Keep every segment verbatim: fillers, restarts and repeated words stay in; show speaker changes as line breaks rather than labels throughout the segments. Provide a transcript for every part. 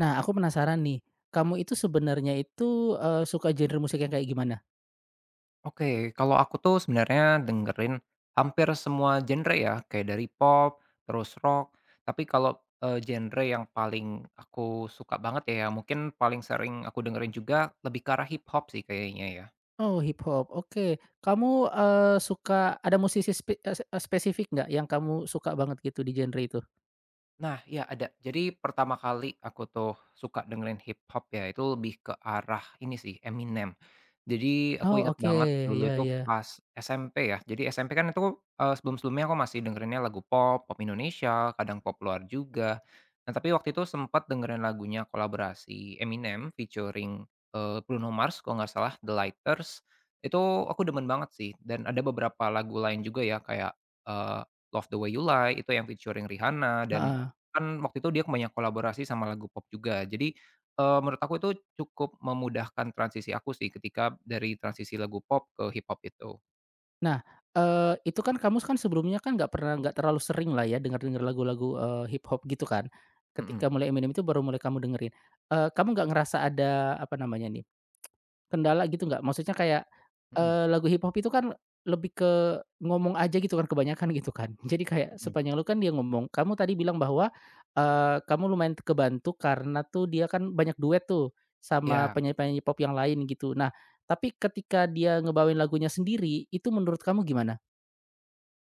Nah, aku penasaran nih, kamu itu sebenarnya itu, eee, suka genre musik yang kayak gimana?
Oke, kalau aku tuh sebenarnya dengerin hampir semua genre ya, kayak dari pop, terus rock, tapi kalau, eee, genre yang paling aku suka banget ya, mungkin paling sering aku dengerin juga lebih ke arah hip hop sih kayaknya ya.
Oh, hip hop, oke. Kamu, eee, suka ada musisi spe eee, eee, spesifik nggak yang kamu suka banget gitu di genre itu?
Nah, ya ada. Jadi pertama kali aku tuh suka dengerin hip hop ya, itu lebih ke arah ini sih, Eminem. Jadi aku
Oh,
inget
oke,
banget dulu
ya
itu
ya
pas S M P ya. Jadi S M P kan itu, eee, sebelum-sebelumnya aku masih dengerinnya lagu pop, pop Indonesia, kadang pop luar juga. Nah, tapi waktu itu sempat dengerin lagunya kolaborasi Eminem featuring, eee, Bruno Mars kalau nggak salah, The Lighters. Itu aku demen banget sih dan ada beberapa lagu lain juga ya kayak, eee, Love the Way You Lie itu yang featuring Rihanna, dan
heeh.
kan waktu itu dia banyak kolaborasi sama lagu pop juga. Jadi, eee, menurut aku itu cukup memudahkan transisi aku sih ketika dari transisi lagu pop ke hip hop itu.
Nah, eee, itu kan kamu kan sebelumnya kan nggak pernah nggak terlalu sering lah ya dengar-dengar lagu-lagu, eee, hip hop gitu kan.
Mhm.
Ketika mulai Eminem itu baru mulai kamu dengerin. Eee, kamu nggak ngerasa ada, apa namanya nih, kendala gitu nggak? Maksudnya kayak,
Mhm mhm.
eee, lagu hip hop itu kan lebih ke ngomong aja gitu kan kebanyakan gitu kan. Jadi kayak
Mhm.
sepanjang lu kan dia ngomong, kamu tadi bilang bahwa, eee, kamu lumayan kebantu karena tuh dia kan banyak duet tuh sama
Iya.
penyanyi-penyanyi pop yang lain gitu. Nah, tapi ketika dia ngebawain lagunya sendiri, itu menurut kamu gimana?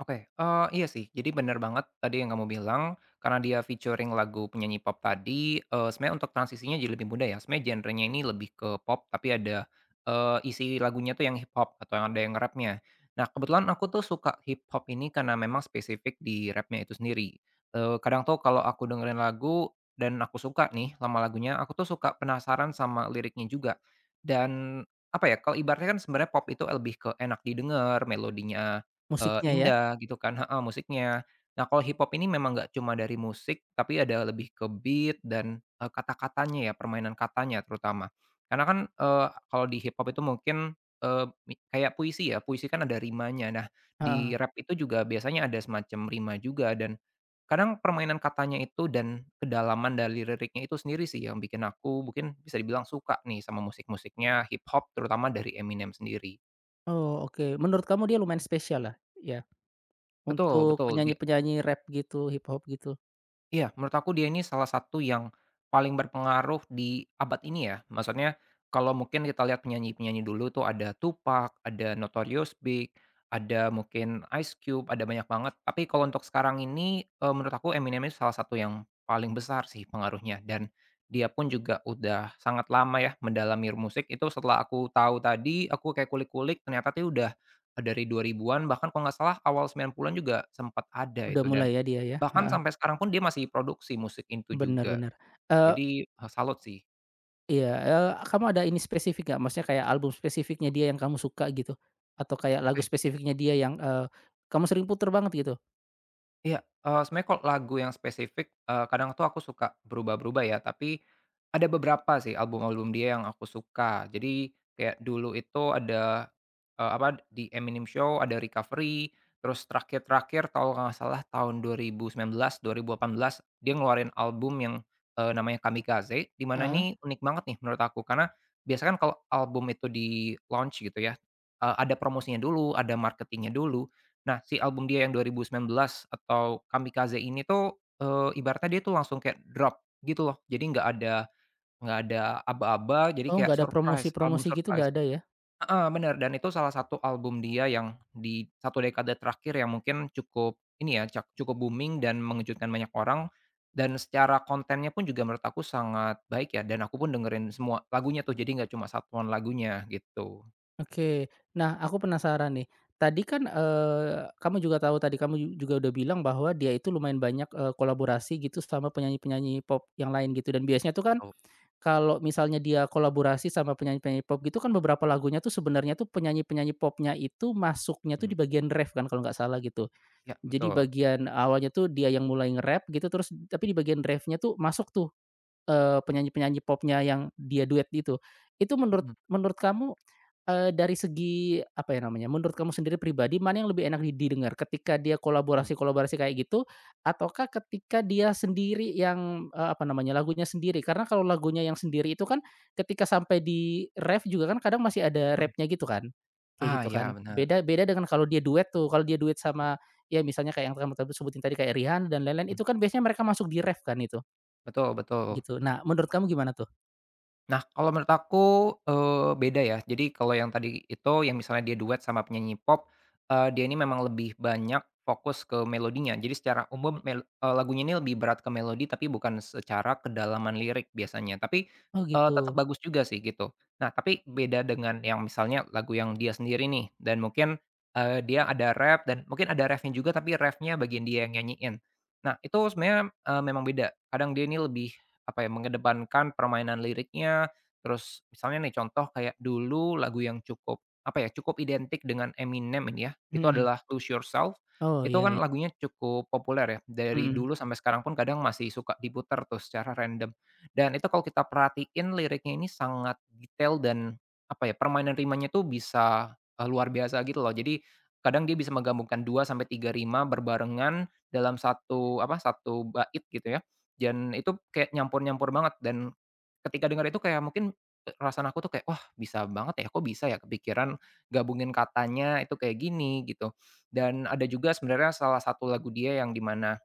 Oke, eee, iya sih. Jadi bener banget tadi yang kamu bilang, karena dia featuring lagu penyanyi pop tadi, eee, sebenarnya untuk transisinya jadi lebih mudah ya. Sebenarnya genrenya ini lebih ke pop, tapi ada, eee, isi lagunya tuh yang hip hop atau yang ada yang rapnya. Nah, kebetulan aku tuh suka hip hop ini karena memang spesifik di rapnya itu sendiri. Eee, kadang tuh kalau aku dengerin lagu dan aku suka nih lama lagunya, aku tuh suka penasaran sama liriknya juga. Dan, apa ya, kalau ibaratnya kan sebenarnya pop itu lebih ke enak didengar, melodinya. Eee,
Musiknya ya?
indah gitu kan, heeh, musiknya. Nah, kalau hip hop ini memang nggak cuma dari musik, tapi ada lebih ke beat dan, eee, kata-katanya ya, permainan katanya terutama. Karena kan, eee, kalau di hip hop itu mungkin, eee, mi kayak puisi ya, puisi kan ada rimanya. Nah,
Heeh.
di rap itu juga biasanya ada semacam rima juga dan kadang permainan katanya itu dan kedalaman dari liriknya itu sendiri sih yang bikin aku mungkin bisa dibilang suka nih sama musik-musiknya hip hop terutama dari Eminem sendiri.
Oh oke, menurut kamu dia lumayan spesial lah? Ya,
Betul,
untuk
betul, di
penyanyi-penyanyi rap gitu, hip hop gitu.
iya, menurut aku dia ini salah satu yang paling berpengaruh di abad ini ya. Maksudnya kalau mungkin kita lihat penyanyi-penyanyi dulu tuh ada Tupac, ada Notorious Big, ada mungkin Ice Cube, ada banyak banget. Tapi kalau untuk sekarang ini eee, menurut aku Eminem itu salah satu yang paling besar sih pengaruhnya dan dia pun juga udah sangat lama ya mendalami musik. Itu setelah aku tahu tadi, aku kayak kulik-kulik ternyata tuh udah eh, dari dua ribuan-an bahkan kalau nggak salah awal sembilan puluhan-an juga sempat ada
Udah
itu, dan
mulai ya dia ya?
bahkan
Heeh,
sampai sekarang pun dia masih produksi musik itu
benar
juga.
bener.
Jadi, eee, salut sih.
Iya, eee, kamu ada ini spesifik nggak? Maksudnya kayak album spesifiknya dia yang kamu suka gitu? Atau kayak lagu
Oke.
spesifiknya dia yang, eee, kamu sering puter banget gitu?
Iya, eee, sebenarnya kalau lagu yang spesifik, eee, kadang tuh aku suka berubah-berubah ya, tapi ada beberapa sih album-album dia yang aku suka. Jadi, kayak dulu itu ada, Eee, apa, di Eminem Show, ada Recovery, terus terakhir-terakhir kalau nggak salah tahun dua ribu sembilan belas, dua nol satu delapan dia ngeluarin album yang, eee, namanya Kamikaze, di
Mhm.
mana
Heeh.
ini unik banget nih menurut aku, karena biasanya kan kalau album itu di-launch gitu ya, eee, ada promosinya dulu, ada marketingnya dulu. Nah, si album dia yang dua nol satu sembilan atau Kamikaze ini tuh, eee, ibaratnya dia tuh langsung kayak drop gitu loh. Jadi nggak ada nggak ada aba-aba, jadi
Oh,
kayak
nggak ada
surprise, album
promosi-promosi gitu
surprise.
nggak ada ya?
Heeh, bener, dan itu salah satu album dia yang di satu dekade terakhir yang mungkin cukup ini ya, cak cukup booming dan mengejutkan banyak orang, dan secara kontennya pun juga menurut aku sangat baik ya, dan aku pun dengerin semua lagunya tuh, jadi nggak cuma satuan lagunya, gitu.
Oke. Nah, aku penasaran nih, tadi kan, eee, kamu juga tahu tadi kamu ju juga udah bilang bahwa dia itu lumayan banyak, eee, kolaborasi gitu sama penyanyi-penyanyi pop yang lain gitu dan biasanya tuh kan
Tahu,
kalau misalnya dia kolaborasi sama penyanyi-penyanyi pop gitu kan beberapa lagunya tuh sebenarnya tuh penyanyi-penyanyi popnya itu masuknya tuh
mhm.
di bagian ref kan kalau nggak salah gitu.
Ya,
Jadi
betul,
bagian awalnya tuh dia yang mulai nge-rap gitu terus tapi di bagian drive-nya tuh masuk tuh Eee, penyanyi-penyanyi popnya yang dia duet itu. Itu menurut
mhm.
menurut kamu, eee, dari segi apa ya namanya, menurut kamu sendiri pribadi mana yang lebih enak di didengar ketika dia
Mhm.
kolaborasi-kolaborasi kayak gitu ataukah ketika dia sendiri yang, eee, apa namanya, lagunya sendiri? Karena kalau lagunya yang sendiri itu kan ketika sampai di ref juga kan kadang masih ada
Mhm.
rapnya gitu kan, kayak
Ah,
gitu kan.
ya benar,
Beda beda dengan kalau dia duet tuh, kalau dia duet sama ya misalnya kayak yang kamu tadi sebutin tadi kayak Rihanna dan lain-lain
mhm,
itu kan biasanya mereka masuk di ref kan itu?
betul betul.
Gitu. Nah, menurut kamu gimana tuh?
Nah, kalau menurut aku, eee, beda ya. Jadi kalau yang tadi itu, yang misalnya dia duet sama penyanyi pop, eee, dia ini memang lebih banyak fokus ke melodinya. Jadi secara umum mel eee, lagunya ini lebih berat ke melodi, tapi bukan secara kedalaman lirik biasanya. Tapi,
Oh
eee, tetap
gitu.
bagus juga sih, gitu. Nah, tapi beda dengan yang misalnya lagu yang dia sendiri nih, dan mungkin, eee, dia ada rap dan mungkin ada refnya juga, tapi refnya bagian dia yang nyanyiin. Nah, itu sebenarnya, eee, memang beda. Kadang dia ini lebih apa ya, mengedepankan permainan liriknya, terus misalnya nih contoh kayak dulu lagu yang cukup, apa ya, cukup identik dengan Eminem ini ya, itu
Mhm.
adalah Lose Yourself,
Oh
itu
iya
kan
iya.
lagunya cukup populer ya, dari
Mhm.
dulu sampai sekarang pun kadang masih suka diputar tuh secara random. Dan itu kalau kita perhatiin liriknya ini sangat detail dan, apa ya, permainan rimanya tuh bisa, eee, luar biasa gitu loh. Jadi kadang dia bisa menggabungkan dua sampai tiga rima berbarengan dalam satu apa, satu bait gitu ya. Dan itu kayak nyampur-nyampur banget dan ketika denger itu kayak mungkin perasaan aku tuh kayak, "Wah, bisa banget ya, kok bisa ya kepikiran gabungin katanya itu kayak gini?" Gitu. Dan ada juga sebenarnya salah satu lagu dia yang dimana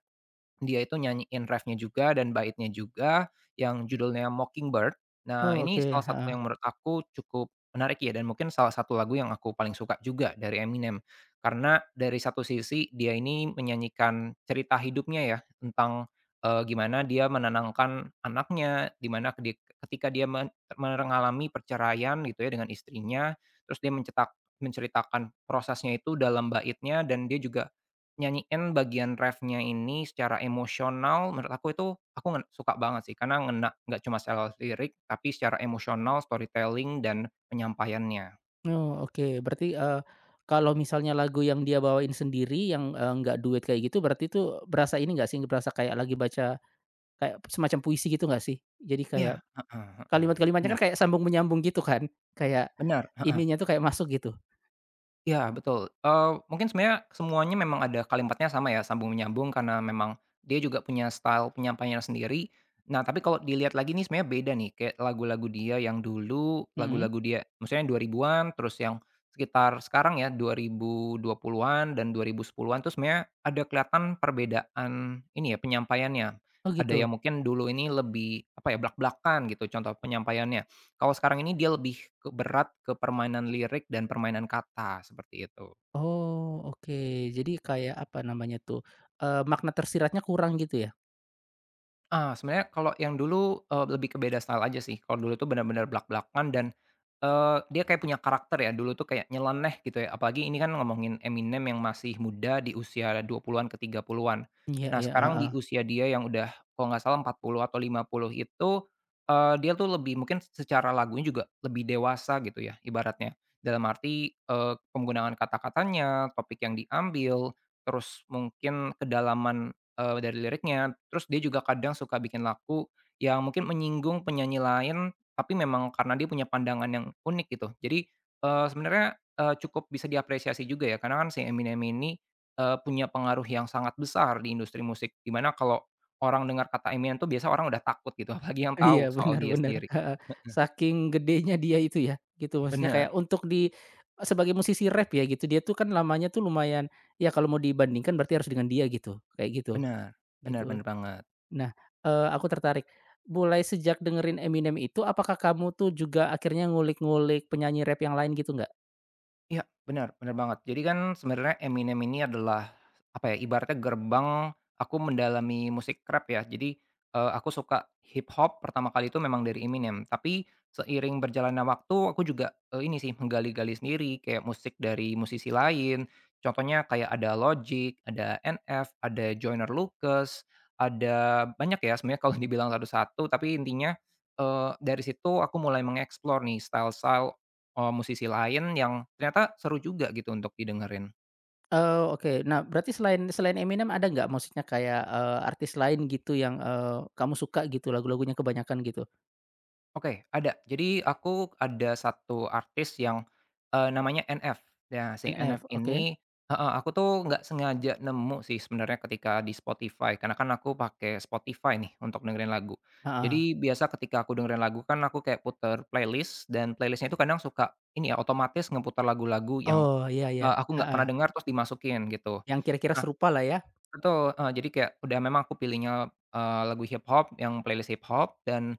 dia itu nyanyiin refnya juga dan baitnya juga, yang judulnya Mockingbird. Nah,
Oh
ini
oke,
salah satu
heeh.
yang menurut aku cukup menarik ya, dan mungkin salah satu lagu yang aku paling suka juga dari Eminem. Karena dari satu sisi dia ini menyanyikan cerita hidupnya ya, tentang, eee, gimana dia menenangkan anaknya, dimana ketika dia men mengalami perceraian gitu ya dengan istrinya, terus dia mencetak menceritakan prosesnya itu dalam baitnya dan dia juga nyanyiin bagian refnya ini secara emosional. Menurut aku itu, aku ngen suka banget sih karena ngena nggak cuma secara lirik tapi secara emosional, storytelling, dan penyampaiannya.
Oh oke. Berarti, eee, kalau misalnya lagu yang dia bawain sendiri yang, eee, nggak duet kayak gitu berarti itu berasa ini nggak sih, berasa kayak lagi baca kayak semacam puisi gitu nggak sih? Jadi
Iya,
kayak
heeh heeh,
kalimat-kalimatnya
bener
kan kayak sambung menyambung gitu kan? Kayak
bener, heeh.
ininya tuh kayak masuk gitu?
Iya, betul. Eee, mungkin sebenarnya semuanya memang ada kalimatnya sama ya, sambung menyambung karena memang dia juga punya style penyampaiannya sendiri. Nah, tapi kalau dilihat lagi nih sebenarnya beda nih, kayak lagu-lagu dia yang dulu,
Mhm.
lagu-lagu dia maksudnya yang dua ribuan-an, terus yang sekitar sekarang ya dua ribu dua puluhan-an dan dua ribu sepuluhan-an tuh sebenarnya ada kelihatan perbedaan ini ya penyampaiannya.
Oh
Ada yang
gitu?
mungkin dulu ini lebih, apa ya, blak-blakan gitu contoh penyampaiannya. Kalau sekarang ini dia lebih ke berat ke permainan lirik dan permainan kata, seperti itu.
Oh oke. Jadi kayak apa namanya tuh, eee, makna tersiratnya kurang gitu ya?
Ah, sebenarnya kalau yang dulu, eee, lebih ke beda style aja sih. Kalau dulu tuh benar-benar blak-blakan dan, eee, dia kayak punya karakter ya, dulu tuh kayak nyeleneh gitu ya, apalagi ini kan ngomongin Eminem yang masih muda di usia dua puluhan-an ke tiga puluhan-an.
Iya
Nah,
iya,
sekarang di
heeh.
usia dia yang udah kalau nggak salah empat puluh atau lima puluh itu, eee, dia tuh lebih mungkin secara lagunya juga lebih dewasa gitu ya ibaratnya. Dalam arti, eee, penggunaan kata-katanya, topik yang diambil, terus mungkin kedalaman, Eee, dari liriknya, terus dia juga kadang suka bikin lagu yang mungkin menyinggung penyanyi lain, tapi memang karena dia punya pandangan yang unik gitu. Jadi, eee, sebenarnya, eee, cukup bisa diapresiasi juga ya, karena kan si Eminem ini, eee, punya pengaruh yang sangat besar di industri musik, dimana kalau orang dengar kata Eminem tuh biasa orang udah takut gitu, apalagi yang tahu
Iya,
soal
benar
dia
benar,
sendiri.
heeh. Saking gedenya dia itu ya, gitu. Maksudnya
Bener,
kayak untuk di sebagai musisi rap ya gitu, dia tuh kan lamanya tuh lumayan ya kalau mau dibandingkan berarti harus dengan dia gitu, kayak gitu,
bener, bener,
gitu.
bener banget.
Nah, eee, aku tertarik, mulai sejak dengerin Eminem itu apakah kamu tuh juga akhirnya ngulik-ngulik penyanyi rap yang lain gitu nggak?
Iya, benar benar banget. Jadi kan sebenarnya Eminem ini adalah, apa ya, ibaratnya gerbang aku mendalami musik rap ya. Jadi, eee, aku suka hip hop pertama kali itu memang dari Eminem. Tapi seiring berjalannya waktu aku juga, eee, ini sih menggali-gali sendiri kayak musik dari musisi lain. Contohnya kayak ada Logic, ada N F, ada Joyner Lucas, ada banyak ya sebenarnya kalau dibilang satu-satu, tapi intinya, eee, dari situ aku mulai mengeksplor nih style-style. Oh, musisi lain yang ternyata seru juga gitu untuk didengerin.
Oh, oke. Nah, berarti selain selain Eminem ada nggak maksudnya kayak, eee, artis lain gitu yang, eee, kamu suka gitu lagu-lagunya kebanyakan gitu?
Oke, ada. Jadi aku ada satu artis yang, eee, namanya N F. Ya, si N F
N F, oke,
ini, heeh, aku tuh nggak sengaja nemu sih sebenarnya ketika di Spotify, karena kan aku pakai Spotify nih untuk dengerin lagu.
heeh.
Jadi biasa ketika aku dengerin lagu kan aku kayak puter playlist dan playlistnya itu kadang suka ini ya, otomatis ngeputar lagu-lagu yang,
Oh, iya iya,
eee, aku nggak
heeh,
pernah dengar terus dimasukin gitu. Nah,
yang kira-kira serupa lah ya?
betul, heeh, jadi kayak udah memang aku pilihnya, eee, lagu hip hop yang playlist hip hop dan,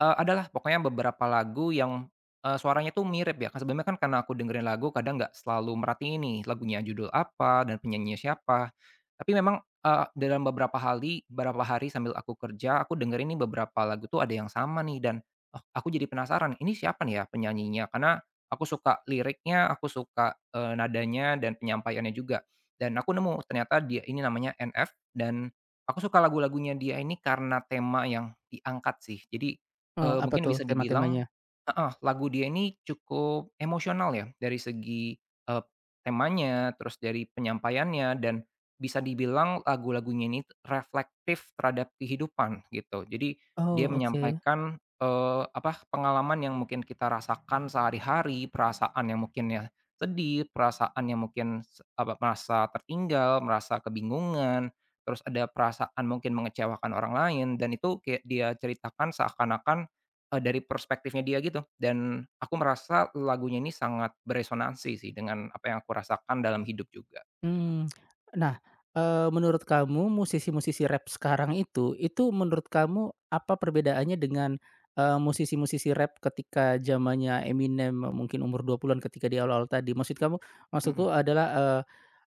Eee, adalah pokoknya beberapa lagu yang, eee, suaranya tuh mirip ya, kan sebelumnya kan karena aku dengerin lagu kadang nggak selalu merhatiin nih lagunya judul apa dan penyanyinya siapa. Tapi memang, eee, dalam beberapa hali beberapa hari sambil aku kerja, aku dengerin nih beberapa lagu tuh ada yang sama nih dan, oh aku jadi penasaran ini siapa nih ya penyanyinya? Karena aku suka liriknya, aku suka, eee, nadanya dan penyampaiannya juga. Dan aku nemu ternyata dia ini namanya N F dan aku suka lagu-lagunya dia ini karena tema yang diangkat sih. Jadi,
Oh,
Eee,
apa
mungkin
tuh
bisa dibilang,
tema-temanya?
heeh, lagu dia ini cukup emosional ya dari segi, eee, temanya, terus dari penyampaiannya dan bisa dibilang lagu-lagunya ini reflektif terhadap kehidupan gitu. Jadi dia
Oh, oke,
menyampaikan, eee, apa, pengalaman yang mungkin kita rasakan sehari-hari, perasaan yang mungkin ya sedih, perasaan yang mungkin se apa, merasa tertinggal, merasa kebingungan, terus ada perasaan mungkin mengecewakan orang lain dan itu kayak dia ceritakan seakan-akan, Eee, dari perspektifnya dia gitu, dan aku merasa lagunya ini sangat beresonansi sih dengan apa yang aku rasakan dalam hidup juga.
mmm, nah, eee, menurut kamu musisi-musisi rap sekarang itu, itu menurut kamu apa perbedaannya dengan, eee, musisi-musisi rap ketika zamannya Eminem mungkin umur dua puluhan-an ketika di awal-awal tadi? Maksud kamu maksudku
Mhm,
adalah, eee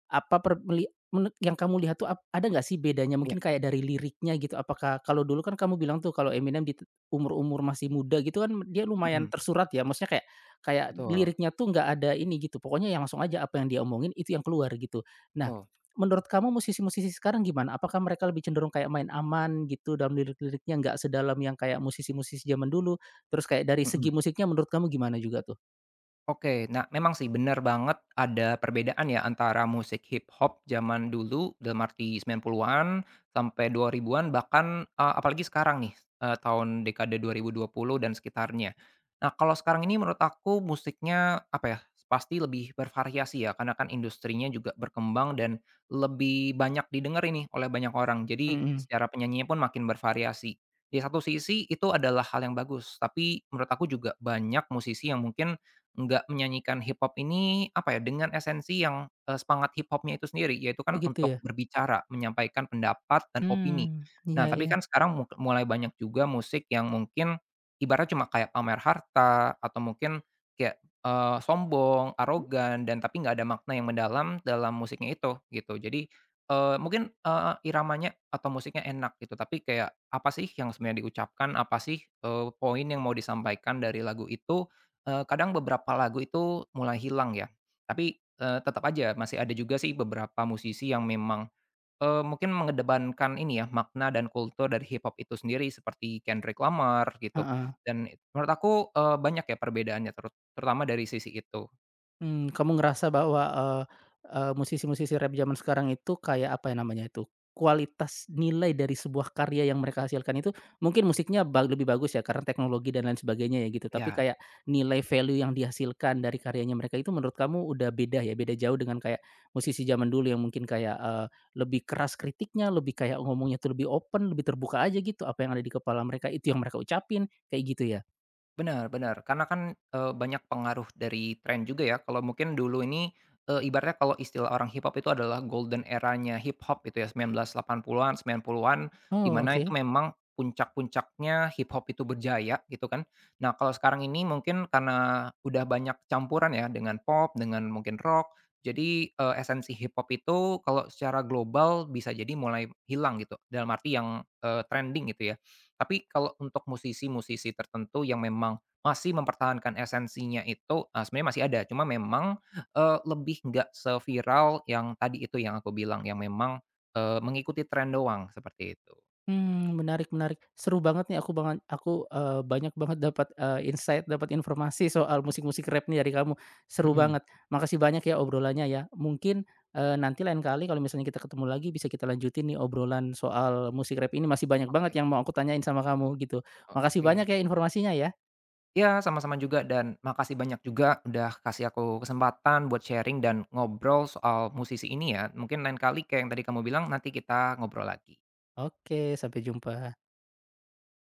apa per meli mene yang kamu lihat tuh ap ada nggak sih bedanya
iya,
mungkin kayak dari liriknya gitu? Apakah kalau dulu kan kamu bilang tuh kalau Eminem di t umur-umur masih muda gitu kan dia lumayan
mhm,
tersurat ya, maksudnya kayak kayak
betul
liriknya tuh nggak ada ini gitu, pokoknya yang langsung aja apa yang dia omongin itu yang keluar gitu. Nah,
betul,
menurut kamu musisi-musisi sekarang gimana? Apakah mereka lebih cenderung kayak main aman gitu dalam lirik-liriknya, nggak sedalam yang kayak musisi-musisi zaman dulu? Terus kayak dari segi
mhm.
musiknya menurut kamu gimana juga tuh?
Oke, nah memang sih benar banget ada perbedaan ya antara musik hip hop zaman dulu dalam arti sembilan puluhan-an sampai dua ribuan-an bahkan, eee, apalagi sekarang nih, eee, tahun dekade dua dua ribu dua puluh dan sekitarnya. Nah, kalau sekarang ini menurut aku musiknya apa ya, pasti lebih bervariasi ya karena kan industrinya juga berkembang dan lebih banyak didengar ini oleh banyak orang. Jadi
Mhm.
secara penyanyinya pun makin bervariasi. Di satu sisi itu adalah hal yang bagus, tapi menurut aku juga banyak musisi yang mungkin nggak menyanyikan hip hop ini, apa ya, dengan esensi yang, eee, semangat hip hopnya itu sendiri, yaitu
Oh
kan
gitu
untuk
ya?
berbicara, menyampaikan pendapat dan
Mmm,
opini. Nah,
iya
tapi
iya,
kan sekarang muk mulai banyak juga musik yang mungkin ibarat cuma kayak pamer harta atau mungkin kayak, eee, sombong, arogan, dan tapi nggak ada makna yang mendalam dalam musiknya itu, gitu. Jadi, eee, mungkin, eee, iramanya atau musiknya enak gitu, tapi kayak apa sih yang sebenarnya diucapkan, apa sih, eee, poin yang mau disampaikan dari lagu itu, Eee, kadang beberapa lagu itu mulai hilang ya, tapi, eee, tetap aja masih ada juga sih beberapa musisi yang memang, eee, mungkin mengedepankan ini ya, makna dan kultur dari hip hop itu sendiri seperti Kendrick Lamar gitu,
heeh.
dan menurut aku, eee, banyak ya perbedaannya, terut terutama dari sisi itu.
Mmm, kamu ngerasa bahwa, eee eee, musisi-musisi rap zaman sekarang itu kayak apa ya namanya itu, kualitas nilai dari sebuah karya yang mereka hasilkan itu mungkin musiknya ba lebih bagus ya karena teknologi dan lain sebagainya ya gitu, tapi
Ya.
kayak nilai value yang dihasilkan dari karyanya mereka itu menurut kamu udah beda ya, beda jauh dengan kayak musisi zaman dulu yang mungkin kayak, eee, lebih keras kritiknya, lebih kayak ngomongnya tuh lebih open, lebih terbuka aja gitu, apa yang ada di kepala mereka itu yang mereka ucapin, kayak gitu ya?
Benar-benar, karena kan, eee, banyak pengaruh dari tren juga ya, kalau mungkin dulu ini, eee, ibaratnya kalau istilah orang hip hop itu adalah golden eranya hip hop itu ya, sembilan belas delapan puluhan-an, sembilan 90-an, di
Oh,
mana itu
oke.
memang puncak-puncaknya hip hop itu berjaya gitu kan. Nah, kalau sekarang ini mungkin karena udah banyak campuran ya dengan pop, dengan mungkin rock, jadi, eee, esensi hip hop itu kalau secara global bisa jadi mulai hilang gitu, dalam arti yang, eee, trending gitu ya. Tapi kalau untuk musisi-musisi tertentu yang memang masih mempertahankan esensinya itu, eee, sebenarnya masih ada, cuma memang, eee, lebih nggak seviral yang tadi itu yang aku bilang, yang memang, eee, mengikuti tren doang, seperti itu.
Hmm, menarik menarik. Seru banget nih aku banget. Aku, eee, banyak banget dapat, eee, insight, dapat informasi soal musik-musik rap nih dari kamu. Seru
Mhm.
banget. Makasih banyak ya obrolannya ya. Mungkin, eee, nanti lain kali kalau misalnya kita ketemu lagi bisa kita lanjutin nih obrolan soal musik rap ini, masih banyak
Oke
banget yang mau aku tanyain sama kamu gitu. Makasih banyak ya
oke.
informasinya ya.
Ya, sama-sama juga dan makasih banyak juga udah kasih aku kesempatan buat sharing dan ngobrol soal musisi ini ya. Mungkin lain kali kayak yang tadi kamu bilang, nanti kita ngobrol lagi.
Oke, sampai jumpa.